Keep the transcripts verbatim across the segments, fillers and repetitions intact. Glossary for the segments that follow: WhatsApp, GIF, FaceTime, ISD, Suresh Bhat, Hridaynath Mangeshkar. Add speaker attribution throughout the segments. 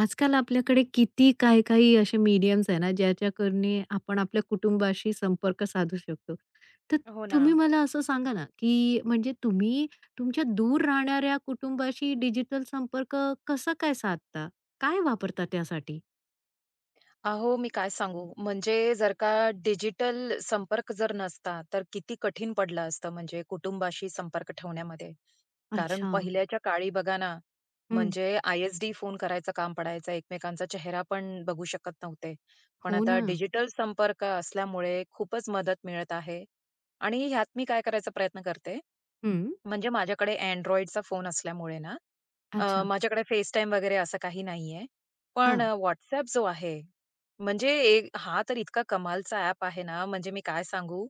Speaker 1: आजकाल आपल्याकडे किती काही-काही असे मीडियम्स आहे ना, ज्याच्याकडून आपण आपल्या कुटुंबाशी संपर्क साधू शकतो. तर
Speaker 2: हो ना.
Speaker 1: तुम्ही मला असं सांगा ना, की म्हणजे तुम्ही तुमच्या दूर राहणाऱ्या कुटुंबाशी डिजिटल संपर्क कसा काय साधता? काय वापरता त्यासाठी?
Speaker 2: अहो, मी काय सांगू, म्हणजे जर का डिजिटल संपर्क जर नसता, तर किती कठीण पडलं असतं म्हणजे कुटुंबाशी संपर्क ठेवण्यामध्ये. कारण
Speaker 1: अच्छा.
Speaker 2: पहिल्याच्या काळी बघा ना,
Speaker 1: हं.
Speaker 2: म्हणजे आय-एस-डी फोन करायचं काम पडायचं. एकमेकांचा चेहरा पण बघू शकत नव्हते. पण
Speaker 1: हो
Speaker 2: आता
Speaker 1: ना.
Speaker 2: डिजिटल संपर्क असल्यामुळे खूपच मदत मिळत आहे आणि ह्यात मी काय करायचा प्रयत्न करते,
Speaker 1: हं.
Speaker 2: म्हणजे माझ्याकडे Androidचा फोन असल्यामुळे ना, अ,
Speaker 1: अच्छा.
Speaker 2: माझ्याकडे FaceTime वगैरे असं काही नाहीये. पण
Speaker 1: हां.
Speaker 2: अ, WhatsApp जो आहे, म्हणजे एक हा तर इतका कमालचा ॲप आहे ना, म्हणजे मी काय सांगू?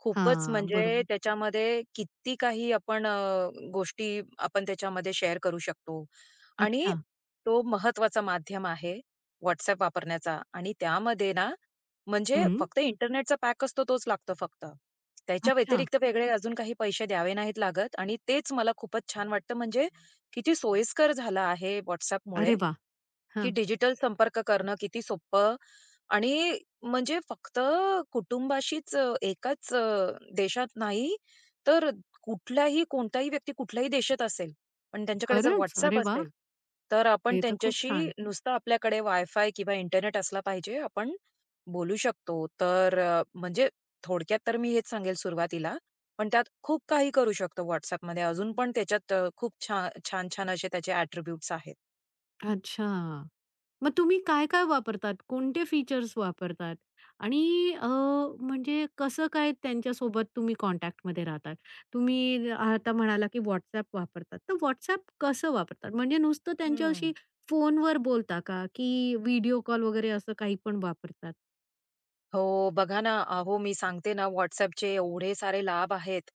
Speaker 2: खूपच
Speaker 1: हां.
Speaker 2: म्हणजे
Speaker 1: बरोबर.
Speaker 2: त्याच्यामध्ये किती काही आपण अ, गोष्टी आपण त्याच्यामध्ये शेअर करू शकतो आणि
Speaker 1: अच्छा.
Speaker 2: तो महत्त्वाचा माध्यम आहे WhatsApp वापरण्याचा आणि त्यामध्ये ना, म्हणजे
Speaker 1: हं.
Speaker 2: फक्त इंटरनेटचा पॅक असतो तोच लागतो फक्त. त्याच्या
Speaker 1: अच्छा.
Speaker 2: व्यतिरिक्त वेगळे अजून काही पैसे द्यावे नाहीत लागत आणि तेच मला खूपच छान वाटतं म्हणजे किती सोयीस्कर झालं आहे WhatsAppमुळे.
Speaker 1: अरे वाह!
Speaker 2: की
Speaker 1: हां.
Speaker 2: डिजिटल संपर्क करणं किती सोपं आणि म्हणजे फक्त कुटुंबाशीच अ, एकाच अ, देशात नाही, तर कुठलाही कोणताही व्यक्ती कुठल्याही देशात असेल, पण त्यांच्याकडे जर
Speaker 1: खरंच? अरे
Speaker 2: WhatsApp
Speaker 1: वाह!
Speaker 2: असेल, तर आपण
Speaker 1: हे तर खूप
Speaker 2: त्यांच्याशी
Speaker 1: छान.
Speaker 2: नुसतं आपल्याकडे वायफाय किंवा इंटरनेट असला पाहिजे, आपण बोलू शकतो. तर अ, म्हणजे थोडक्यात तर मी हेच सांगेल सुरुवातीला, पण त्यात खूप काही करू शकतो WhatsAppमध्ये. अजून पण त्याच्यात अ, खूप छा छान-छान असे त्याचे ॲट्रिब्यूट्स आहेत.
Speaker 1: अच्छा. मग तुम्ही काय-काय वापरतात? कोणते फीचर्स वापरतात? आणि अ, म्हणजे कसं काय त्यांच्यासोबत तुम्ही कॉन्टॅक्टमध्ये राहतात? तुम्ही आता म्हणाला, की WhatsApp वापरतात. तर WhatsApp कसं वापरतात? म्हणजे नुसतं
Speaker 2: हं.
Speaker 1: त्यांच्याशी फोनवर बोलता का? की व्हिडिओ कॉल वगैरे असं काही पण वापरतात?
Speaker 2: हो, बघा ना, अहो, मी सांगते ना WhatsAppचे एवढे सारे लाभ आहेत.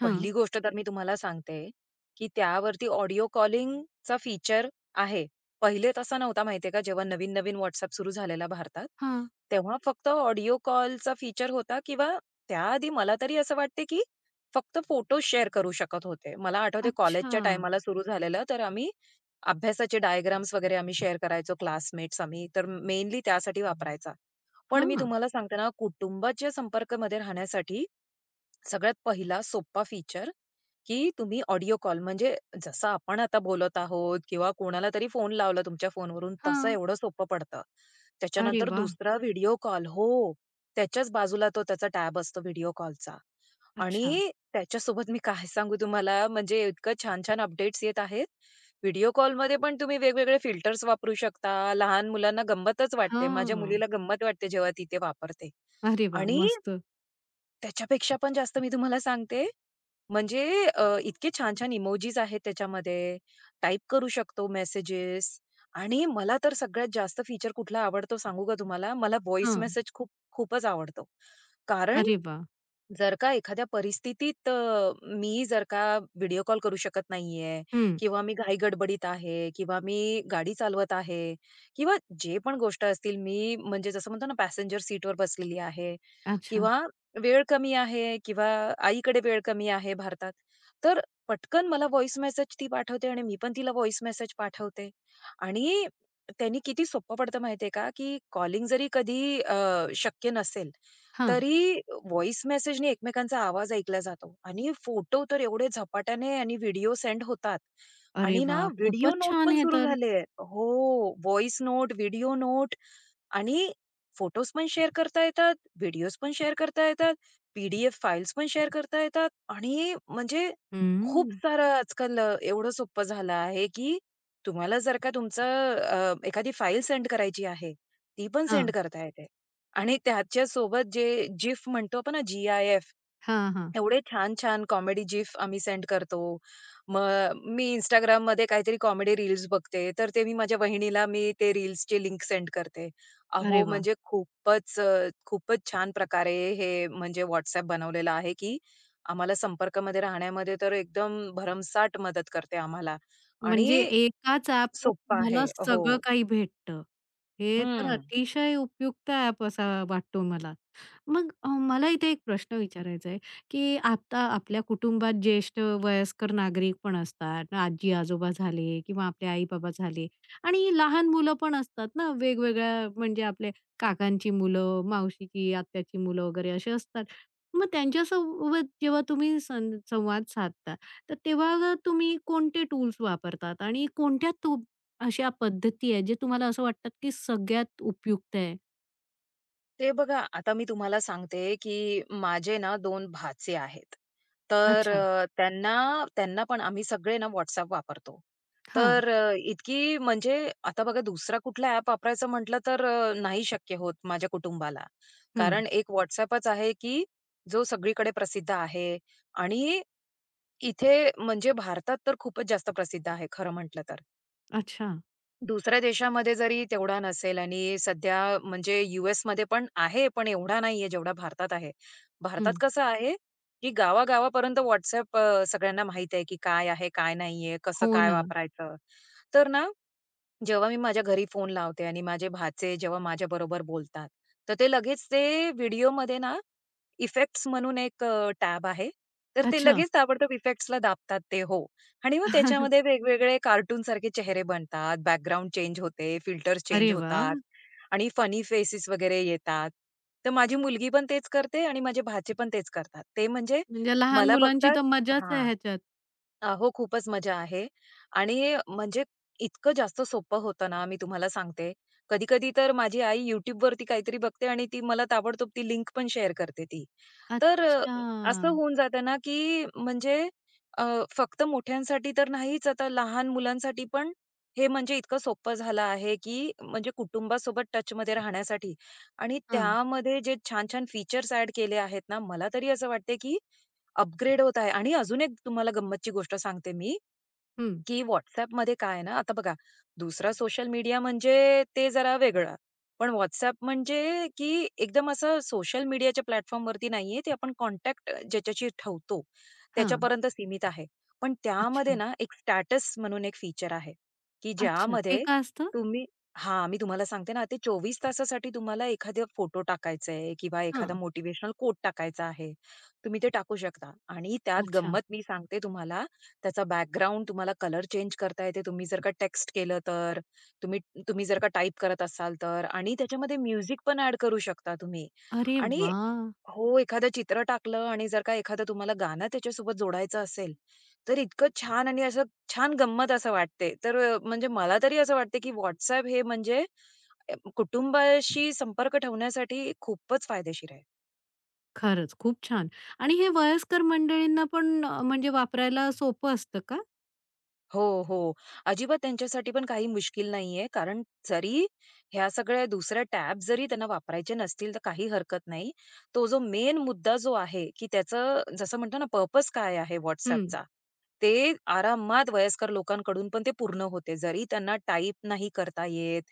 Speaker 1: हां,
Speaker 2: पहिली गोष्ट तर मी तुम्हाला सांगते, की त्यावरती ऑडिओ कॉलिंगचा फीचर आहे. पहिले तसा नव्हता माहिती आहे का, जेव्हा नवीन-नवीन WhatsApp सुरू झालेला भारतात,
Speaker 1: हां.
Speaker 2: तेव्हा फक्त ऑडिओ कॉलचा फीचर होता किंवा त्याआधी मला तरी असं वाटते, की फक्त फोटो शेअर करू शकत होते. मला आठवते
Speaker 1: अच्छा.
Speaker 2: कॉलेजच्या टाईमाला सुरू झालेलं, तर आम्ही अभ्यासाचे डायग्राम्स वगैरे आम्ही शेअर करायचो क्लासमेट्स आम्ही, तर मेनली त्यासाठी वापरायचा. पण मी
Speaker 1: हां.
Speaker 2: तुम्हाला सांगते ना, कुटुंबाच्या संपर्कमध्ये राहण्यासाठी सगळ्यात पहिला सोपा फीचर, की तुम्ही ऑडिओ कॉल म्हणजे जसं आपण आता बोलत आहोत किंवा कोणाला तरी फोन लावला तुमच्या फोनवरून तसं
Speaker 1: हां.
Speaker 2: एवढं सोपं पडतं.
Speaker 1: अरे
Speaker 2: त्याच्यानंतर
Speaker 1: वाह!
Speaker 2: दुसरा व्हिडिओ कॉल हो. त्याच्याच बाजूला तो त्याचा टॅब असतो व्हिडिओ कॉलचा.
Speaker 1: अच्छा.
Speaker 2: आणि त्याच्यासोबत मी काय सांगू तुम्हाला, म्हणजे इतकं छान-छान अपडेट्स येत आहेत. व्हिडिओ कॉलमध्ये पण तुम्ही वेगवेगळे फिल्टर्स वापरू शकता. लहान मुलांना गंमतच वाटते. माझ्या
Speaker 1: हां.
Speaker 2: मुलीला गंमत वाटते जेव्हा ती ते वापरते.
Speaker 1: अरे वाह!
Speaker 2: आणि
Speaker 1: मस्त.
Speaker 2: त्याच्यापेक्षा पण जास्त मी तुम्हाला सांगते, म्हणजे अ, इतके छान-छान इमोजीस आहेत त्याच्यामध्ये. टाइप करू शकतो मेसेजेस आणि मला तर सगळ्यात जास्त फीचर कुठला आवडतो सांगू का तुम्हाला? मला व्हॉईस
Speaker 1: हां.
Speaker 2: मेसेज खूप खूपच आवडतो. कारण
Speaker 1: अरे वाह!
Speaker 2: जर का एखाद्या परिस्थितीत अ, मी जर का व्हिडिओ कॉल करू शकत नाहीये
Speaker 1: हं.
Speaker 2: किंवा मी घाई-गडबडीत आहे किंवा मी गाडी चालवत आहे किंवा जे पण गोष्ट असतील, मी म्हणजे जसं म्हणतो ना, पॅसेंजर सीटवर बसलेली आहे
Speaker 1: अच्छा.
Speaker 2: किंवा वेळ कमी आहे किंवा आईकडे वेळ कमी आहे भारतात. तर पटकन मला व्हॉइस मेसेज ती पाठवते आणि मी पण तिला व्हॉइस मेसेज पाठवते. आणि त्यांनी किती सोपं पडतं माहिती का, की कॉलिंग जरी कधी अ, शक्य नसेल,
Speaker 1: हां.
Speaker 2: तरी व्हॉइस मेसेजने एकमेकांचा आवाज ऐकला जातो आणि फोटो तर एवढे झपाट्याने आणि व्हिडिओ सेंड होतात.
Speaker 1: अरे
Speaker 2: आणि ना
Speaker 1: वाह!
Speaker 2: व्हिडिओ
Speaker 1: खूपच
Speaker 2: नोट
Speaker 1: छान
Speaker 2: पण
Speaker 1: हे
Speaker 2: सुरू
Speaker 1: तर.
Speaker 2: झाले. आहेत. हो, व्हॉइस नोट, व्हिडिओ नोट आणि फोटोज पण शेअर करता येतात, व्हिडिओज पण शेअर करता येतात, पी-डी-एफ फाईल्स पण शेअर करता येतात आणि म्हणजे खूप
Speaker 1: हम्म.
Speaker 2: सारं आजकाल अ, एवढं सोपं झालं आहे, की तुम्हाला जर का तुमचं अ, एखादी फाईल सेंड करायची आहे, ती पण सेंड
Speaker 1: हां,
Speaker 2: करता येते आणि त्याच्यासोबत जे GIF म्हणतो आपण ना, जी-आय-एफ
Speaker 1: हां, हां.
Speaker 2: एवढे छान-छान कॉमेडी जिफ आम्ही सेंड करतो. मग मी Instagramमध्ये काहीतरी कॉमेडी रील्स बघते, तर ते मी माझ्या वहिनीला मी ते रील्सची लिंक सेंड करते.
Speaker 1: अरे,
Speaker 2: अहो,
Speaker 1: तर,
Speaker 2: म्हणजे खूपच अ, खूपच छान प्रकारे हे म्हणजे WhatsApp बनवलेलं आहे, की आम्हाला संपर्कामध्ये राहण्यामध्ये तर एकदम भरमसाठ मदत करते आम्हाला
Speaker 1: म्हणजे
Speaker 2: आणि
Speaker 1: एकाच ॲपवर
Speaker 2: सोप्पं
Speaker 1: तुम्हाला
Speaker 2: आहे. हो.
Speaker 1: सगळं काही भेटतं. हे तर
Speaker 2: हं.
Speaker 1: अतिशय उपयुक्त ॲप असा वाटतो मला. मग अ, मला इथे एक प्रश्न विचारायचा आहे, की आता आपल्या कुटुंबात ज्येष्ठ वयस्कर नागरिक पण असतात, आजी-आजोबा झाले किंवा आपले आई-बाबा झाले आणि लहान मुलं पण असतात ना, वेगवेगळ्या म्हणजे आपले काकांची मुलं, मावशीची, आत्याची मुलं वगैरे असे असतात. मग त्यांच्यासोबत जेव्हा तुम्ही सं संवाद साधता, तर तेव्हा तुम्ही कोणते टूल्स वापरतात आणि कोणत्या तू अशा पद्धती आहेत, जे तुम्हाला असं वाटतात, की सगळ्यात उपयुक्त आहे?
Speaker 2: ते बघा, आता मी तुम्हाला सांगते, की माझे ना दोन भाचे आहेत. तर
Speaker 1: अच्छा.
Speaker 2: अ, त्यांना त्यांना पण आम्ही सगळे ना WhatsApp वापरतो.
Speaker 1: हां.
Speaker 2: तर अ, इतकी म्हणजे आता बघा दुसरा कुठला ॲप वापरायचं म्हटलं तर अ, नाही शक्य होत माझ्या कुटुंबाला.
Speaker 1: हं.
Speaker 2: कारण एक WhatsAppच आहे, की जो सगळीकडे प्रसिद्ध आहे आणि इथे म्हणजे भारतात तर खूपच जास्त प्रसिद्ध आहे खरं म्हटलं तर.
Speaker 1: अच्छा.
Speaker 2: दुसऱ्या देशामध्ये जरी तेवढा नसेल आणि सध्या म्हणजे यूएसमध्ये पण आहे, पण एवढा नाहीये जेवढा भारतात आहे. भारतात
Speaker 1: हं.
Speaker 2: कसं आहे, की गावा-गावापर्यंत व्हॉट्सअप अ, सगळ्यांना माहीत आहे, की काय आहे, काय नाहीये, कसं
Speaker 1: हो
Speaker 2: काय
Speaker 1: ना.
Speaker 2: वापरायचं. तर ना, जेव्हा मी माझ्या घरी फोन लावते आणि माझे भाचे जेव्हा माझ्याबरोबर बोलतात, तर ते लगेच ते व्हिडिओमध्ये ना इफेक्ट्स म्हणून एक अ, टॅब आहे. तर ते
Speaker 1: अच्छा.
Speaker 2: लगेच ताबडतोब इफेक्ट्सला दाबतात ते हो. आणि मग त्याच्यामध्ये वेगवेगळे कार्टूनसारखे चेहरे बनतात, बॅकग्राऊंड चेंज होते, फिल्टर्स चेंज
Speaker 1: अरे
Speaker 2: होतात
Speaker 1: वाह!
Speaker 2: आणि फनी फेसेस वगैरे येतात. तर माझी मुलगी पण तेच करते आणि माझे भाचे पण तेच करतात. ते म्हणजे
Speaker 1: म्हणजे लहान
Speaker 2: मला
Speaker 1: मुलांची
Speaker 2: बघतात
Speaker 1: तर मजाच आहे
Speaker 2: हां.
Speaker 1: ह्याच्यात.
Speaker 2: अहो, खूपच मजा आहे आणि म्हणजे इतकं जास्त सोपं होतं ना, मी तुम्हाला सांगते. कधी-कधी तर माझी आई YouTubeवरती काहीतरी बघते आणि ती मला ताबडतोब ती लिंक पण शेअर करते ती. तर अ, असं
Speaker 1: अच्छा.
Speaker 2: होऊन जातं ना, की म्हणजे अ, फक्त मोठ्यांसाठी तर नाहीच, आता लहान मुलांसाठी पण हे म्हणजे इतकं सोपं झालं आहे, की म्हणजे कुटुंबासोबत टचमध्ये राहण्यासाठी आणि
Speaker 1: हां.
Speaker 2: त्यामध्ये जे छान-छान फीचर्स ॲड केले आहेत ना, मला तरी असं वाटते, की अपग्रेड होत आहे आणि अजून एक तुम्हाला गंमतची गोष्ट सांगते मी,
Speaker 1: हं.
Speaker 2: की WhatsAppमध्ये काय आहे ना, आता बघा दुसरा सोशल मीडिया म्हणजे ते जरा वेगळा. पण WhatsApp म्हणजे की एकदम असं सोशल मीडियाच्या प्लॅटफॉर्मवरती नाहीये, ते आपण कॉन्टॅक्ट ज्याच्याशी ठेवतो
Speaker 1: हां.
Speaker 2: त्याच्यापर्यंत सीमित आहे. पण त्यामध्ये
Speaker 1: अच्छा.
Speaker 2: ना एक स्टॅटस म्हणून एक फीचर आहे, की
Speaker 1: अच्छा. ते
Speaker 2: ज्यामध्ये
Speaker 1: काय असतं?
Speaker 2: तुम्ही हां, मी तुम्हाला सांगते ना, ते चोवीस तासासाठी तुम्हाला एखादा फोटो टाकायचा आहे किंवा एखादा
Speaker 1: हां.
Speaker 2: मोटिव्हेशनल कोट टाकायचा आहे. तुम्ही ते टाकू शकता आणि त्यात
Speaker 1: अच्छा.
Speaker 2: गंमत मी सांगते तुम्हाला त्याचा बॅकग्राऊंड तुम्हाला कलर चेंज करता येते. तुम्ही जर का टेक्स्ट केलं तर, तुम्ही तुम्ही जर का टाइप करत असाल तर आणि त्याच्यामध्ये म्युझिक पण ॲड करू शकता तुम्ही.
Speaker 1: अरे
Speaker 2: आणि
Speaker 1: वाह!
Speaker 2: हो, एखादं चित्र टाकलं आणि जर का एखादं तुम्हाला गाणं त्याच्यासोबत जोडायचं असेल, तर इतकं छान आणि असं छान गंमत असं वाटते. तर अ, म्हणजे मला तरी असं वाटते, की WhatsApp हे म्हणजे अ, कुटुंबाशी संपर्क ठेवण्यासाठी खूपच फायदेशीर आहे.
Speaker 1: खरंच खूप छान. आणि हे वयस्कर मंडळींना पण अ, म्हणजे वापरायला सोपं असतं का?
Speaker 2: हो, हो. अजिबात त्यांच्यासाठी पण काही मुश्किल नाहीये. कारण जरी ह्या सगळ्या दुसऱ्या टॅब जरी त्यांना वापरायचे नसतील, तर काही हरकत नाही. तो जो मेन मुद्दा जो आहे, की त्याचं जसं म्हणतो ना पर्पज काय आहे
Speaker 1: हं.
Speaker 2: WhatsAppचा, ते आरामात वयस्कर लोकांकडून पण ते पूर्ण होते. जरी त्यांना टाइप नाही करता येत,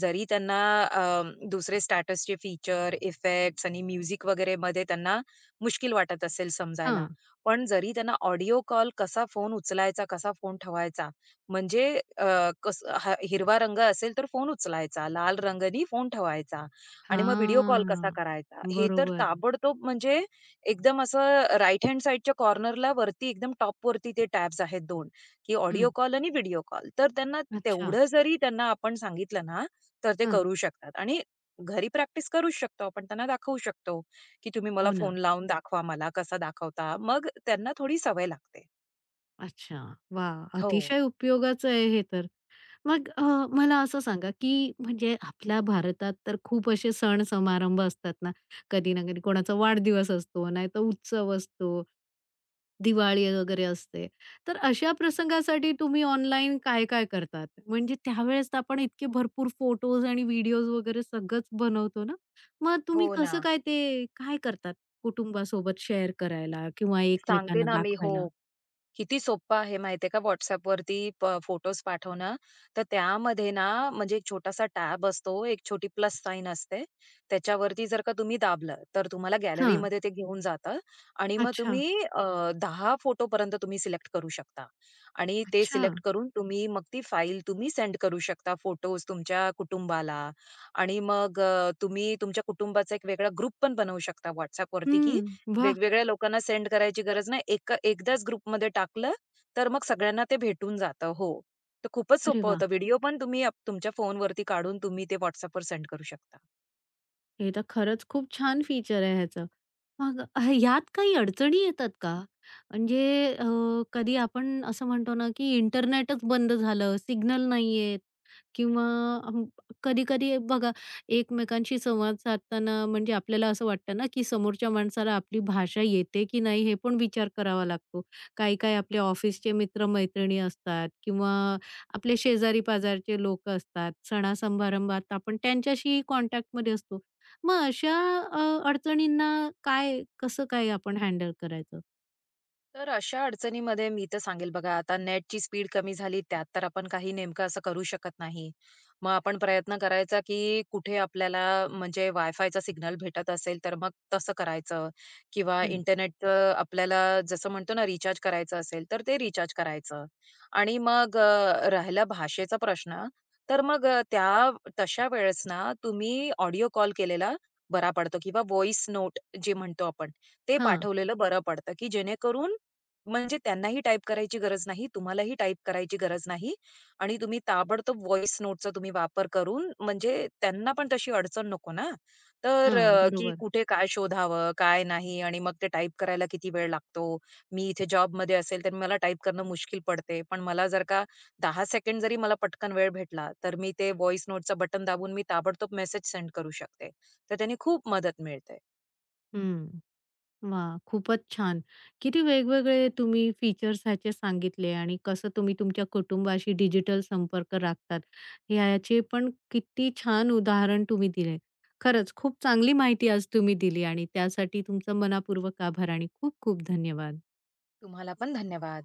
Speaker 2: जरी त्यांना अ, दुसरे स्टॅटसचे फीचर, इफेक्ट्स आणि म्युझिक वगैरेमध्ये त्यांना मुश्किल वाटत असेल समजायला,
Speaker 1: हां.
Speaker 2: पण जरी त्यांना ऑडिओ कॉल कसा फोन उचलायचा, कसा फोन ठेवायचा, म्हणजे अ, कस ह हिरवा रंग असेल तर फोन उचलायचा, लाल रंगानी फोन ठेवायचा आणि मग व्हिडिओ कॉल कसा
Speaker 1: हां.
Speaker 2: करायचा, हे तर
Speaker 1: बरोबर.
Speaker 2: ताबडतोब म्हणजे एकदम असं राइट हँड साइडच्या कॉर्नरला वरती एकदम टॉपवरती ते टॅब्स आहेत दोन. की
Speaker 1: हं.
Speaker 2: ऑडिओ कॉल आणि व्हिडिओ कॉल. तर त्यांना
Speaker 1: अच्छा.
Speaker 2: तेवढं जरी त्यांना आपण सांगितलं ना, तर ते
Speaker 1: हां.
Speaker 2: करू शकतात आणि घरी प्रॅक्टिस करूच शकतो आपण, त्यांना दाखवू शकतो. की तुम्ही मला
Speaker 1: हो ना.
Speaker 2: फोन लावून दाखवा मला, कसा दाखवता. मग त्यांना थोडी सवय लागते.
Speaker 1: अच्छा. वाह!
Speaker 2: हो.
Speaker 1: अतिशय उपयोगाचं आहे हे तर. मग अ, मला असं सांगा, की म्हणजे आपल्या भारतात तर खूप असे सण-समारंभ असतात ना. कधी ना कधी कोणाचा वाढदिवस असतो, नाहीतर उत्सव असतो. दिवाळी वगैरे असते. तर अशा प्रसंगासाठी तुम्ही ऑनलाईन काय-काय करतात? म्हणजे त्यावेळेस तर आपण इतके भरपूर फोटोज आणि व्हिडिओज वगैरे सगळंच बनवतो ना. मग
Speaker 2: हो
Speaker 1: तुम्ही
Speaker 2: ना.
Speaker 1: कसं काय ते काय करतात कुटुंबासोबत शेअर करायला किंवा
Speaker 2: सांगते
Speaker 1: एकमेकांना
Speaker 2: ना मी.
Speaker 1: दाखवायला?
Speaker 2: हो. किती सोप्पं आहे माहिती का WhatsAppवरती प फोटोज पाठवणं. तर त्यामध्ये ना म्हणजे एक छोटासा टॅब असतो, एक छोटी प्लस साइन असते. त्याच्यावरती जर का तुम्ही दाबलं, तर तुम्हाला
Speaker 1: हां.
Speaker 2: गॅलरीमध्ये ते घेऊन जातं आणि मग
Speaker 1: अच्छा,
Speaker 2: तुम्ही अ, दहा फोटोपर्यंत तुम्ही सिलेक्ट करू शकता आणि ते
Speaker 1: अच्छा.
Speaker 2: सिलेक्ट करून तुम्ही मग ती फाईल तुम्ही सेंड करू शकता फोटोज तुमच्या कुटुंबाला आणि मग अ, तुम्ही तुमच्या कुटुंबाचा एक वेगळा ग्रुप पण बनवू शकता WhatsAppवरती,
Speaker 1: हं.
Speaker 2: की
Speaker 1: वाह!
Speaker 2: वेगवेगळ्या लोकांना सेंड करायची गरज नाही. एक एकदाच ग्रुपमध्ये टाकलं, तर मग सगळ्यांना ते भेटून जातं. हो. तर खूपच
Speaker 1: अरे
Speaker 2: सोपं
Speaker 1: वाह!
Speaker 2: होतं. व्हिडिओ पण तुम्ही आप- तुमच्या फोनवरती काढून तुम्ही ते WhatsAppवर सेंड करू शकता.
Speaker 1: हे तर खरंच खूप छान फीचर आहे ह्याचं. मग ह- ह्यात काही अडचणी येतात का? म्हणजे अ, कधी आपण असं म्हणतो ना, की इंटरनेटच बंद झालं, सिग्नल नाहीयेत किंवा अं, कधी-कधी बघा एकमेकांशी संवाद साधताना म्हणजे आपल्याला असं वाटतं ना, की समोरच्या माणसाला आपली भाषा येते की नाही हे पण विचार करावा लागतो. काही-काही आपले ऑफिसचे मित्र-मैत्रिणी असतात किंवा आपले शेजारी-पाजारचे लोकं असतात. सणा आपण त्यांच्याशी कॉन्टॅक्टमध्ये असतो. मग अशा अ, अडचणींना काय कसं काय आपण हँडल करायचं?
Speaker 2: तर अशा अडचणीमध्ये मी तर सांगेल बघा, आता नेटची स्पीड कमी झाली, त्यात तर आपण काही नेमकं असं करू शकत नाही. मग आपण प्रयत्न करायचा, की कुठे आपल्याला म्हणजे वायफायचा सिग्नल भेटत असेल, तर मग तसं करायचं किंवा
Speaker 1: हं.
Speaker 2: इंटरनेटचं आपल्याला जसं म्हणतो ना, रिचार्ज करायचं असेल, तर ते रिचार्ज करायचं. आणि मग अ, राहिला भाषेचा प्रश्न, तर मग अ, त्या तशा वेळेस ना, तुम्ही ऑडिओ कॉल केलेला बरा पडतो किंवा व्हॉईस नोट जे म्हणतो आपण, ते
Speaker 1: हां,
Speaker 2: पाठवलेलं बरं पडतं, की जेणेकरून म्हणजे त्यांनाही टाइप करायची गरज नाही, तुम्हालाही टाइप करायची गरज नाही आणि तुम्ही ताबडतोब व्हॉइस नोटचा तुम्ही वापर करून म्हणजे त्यांना पण तशी अडचण नको ना. तर
Speaker 1: हां,
Speaker 2: अ, की
Speaker 1: बरोबर.
Speaker 2: कुठे काय शोधावं, काय नाही आणि मग ते टाइप करायला किती वेळ लागतो. मी इथे जॉबमध्ये असेल तर मला टाइप करणं मुश्किल पडते. पण मला जर का दहा सेकंड जरी मला पटकन वेळ भेटला, तर मी ते व्हॉइस नोटचं बटन दाबून मी ताबडतोब मेसेज सेंड करू शकते. तर त्याने खूप मदत मिळते.
Speaker 1: हं. वाह! खूपच छान. किती वेगवेगळे तुम्ही फीचर्स ह्याचे सांगितले आणि कसं तुम्ही तुमच्या कुटुंबाशी डिजिटल संपर्क राखतात, ह्याचे पण किती छान उदाहरण तुम्ही दिले. खरंच खूप चांगली माहिती आज तुम्ही दिली आणि त्यासाठी तुमचं मनापूर्वक आभार आणि खूप खूप धन्यवाद.
Speaker 2: तुम्हाला पण धन्यवाद.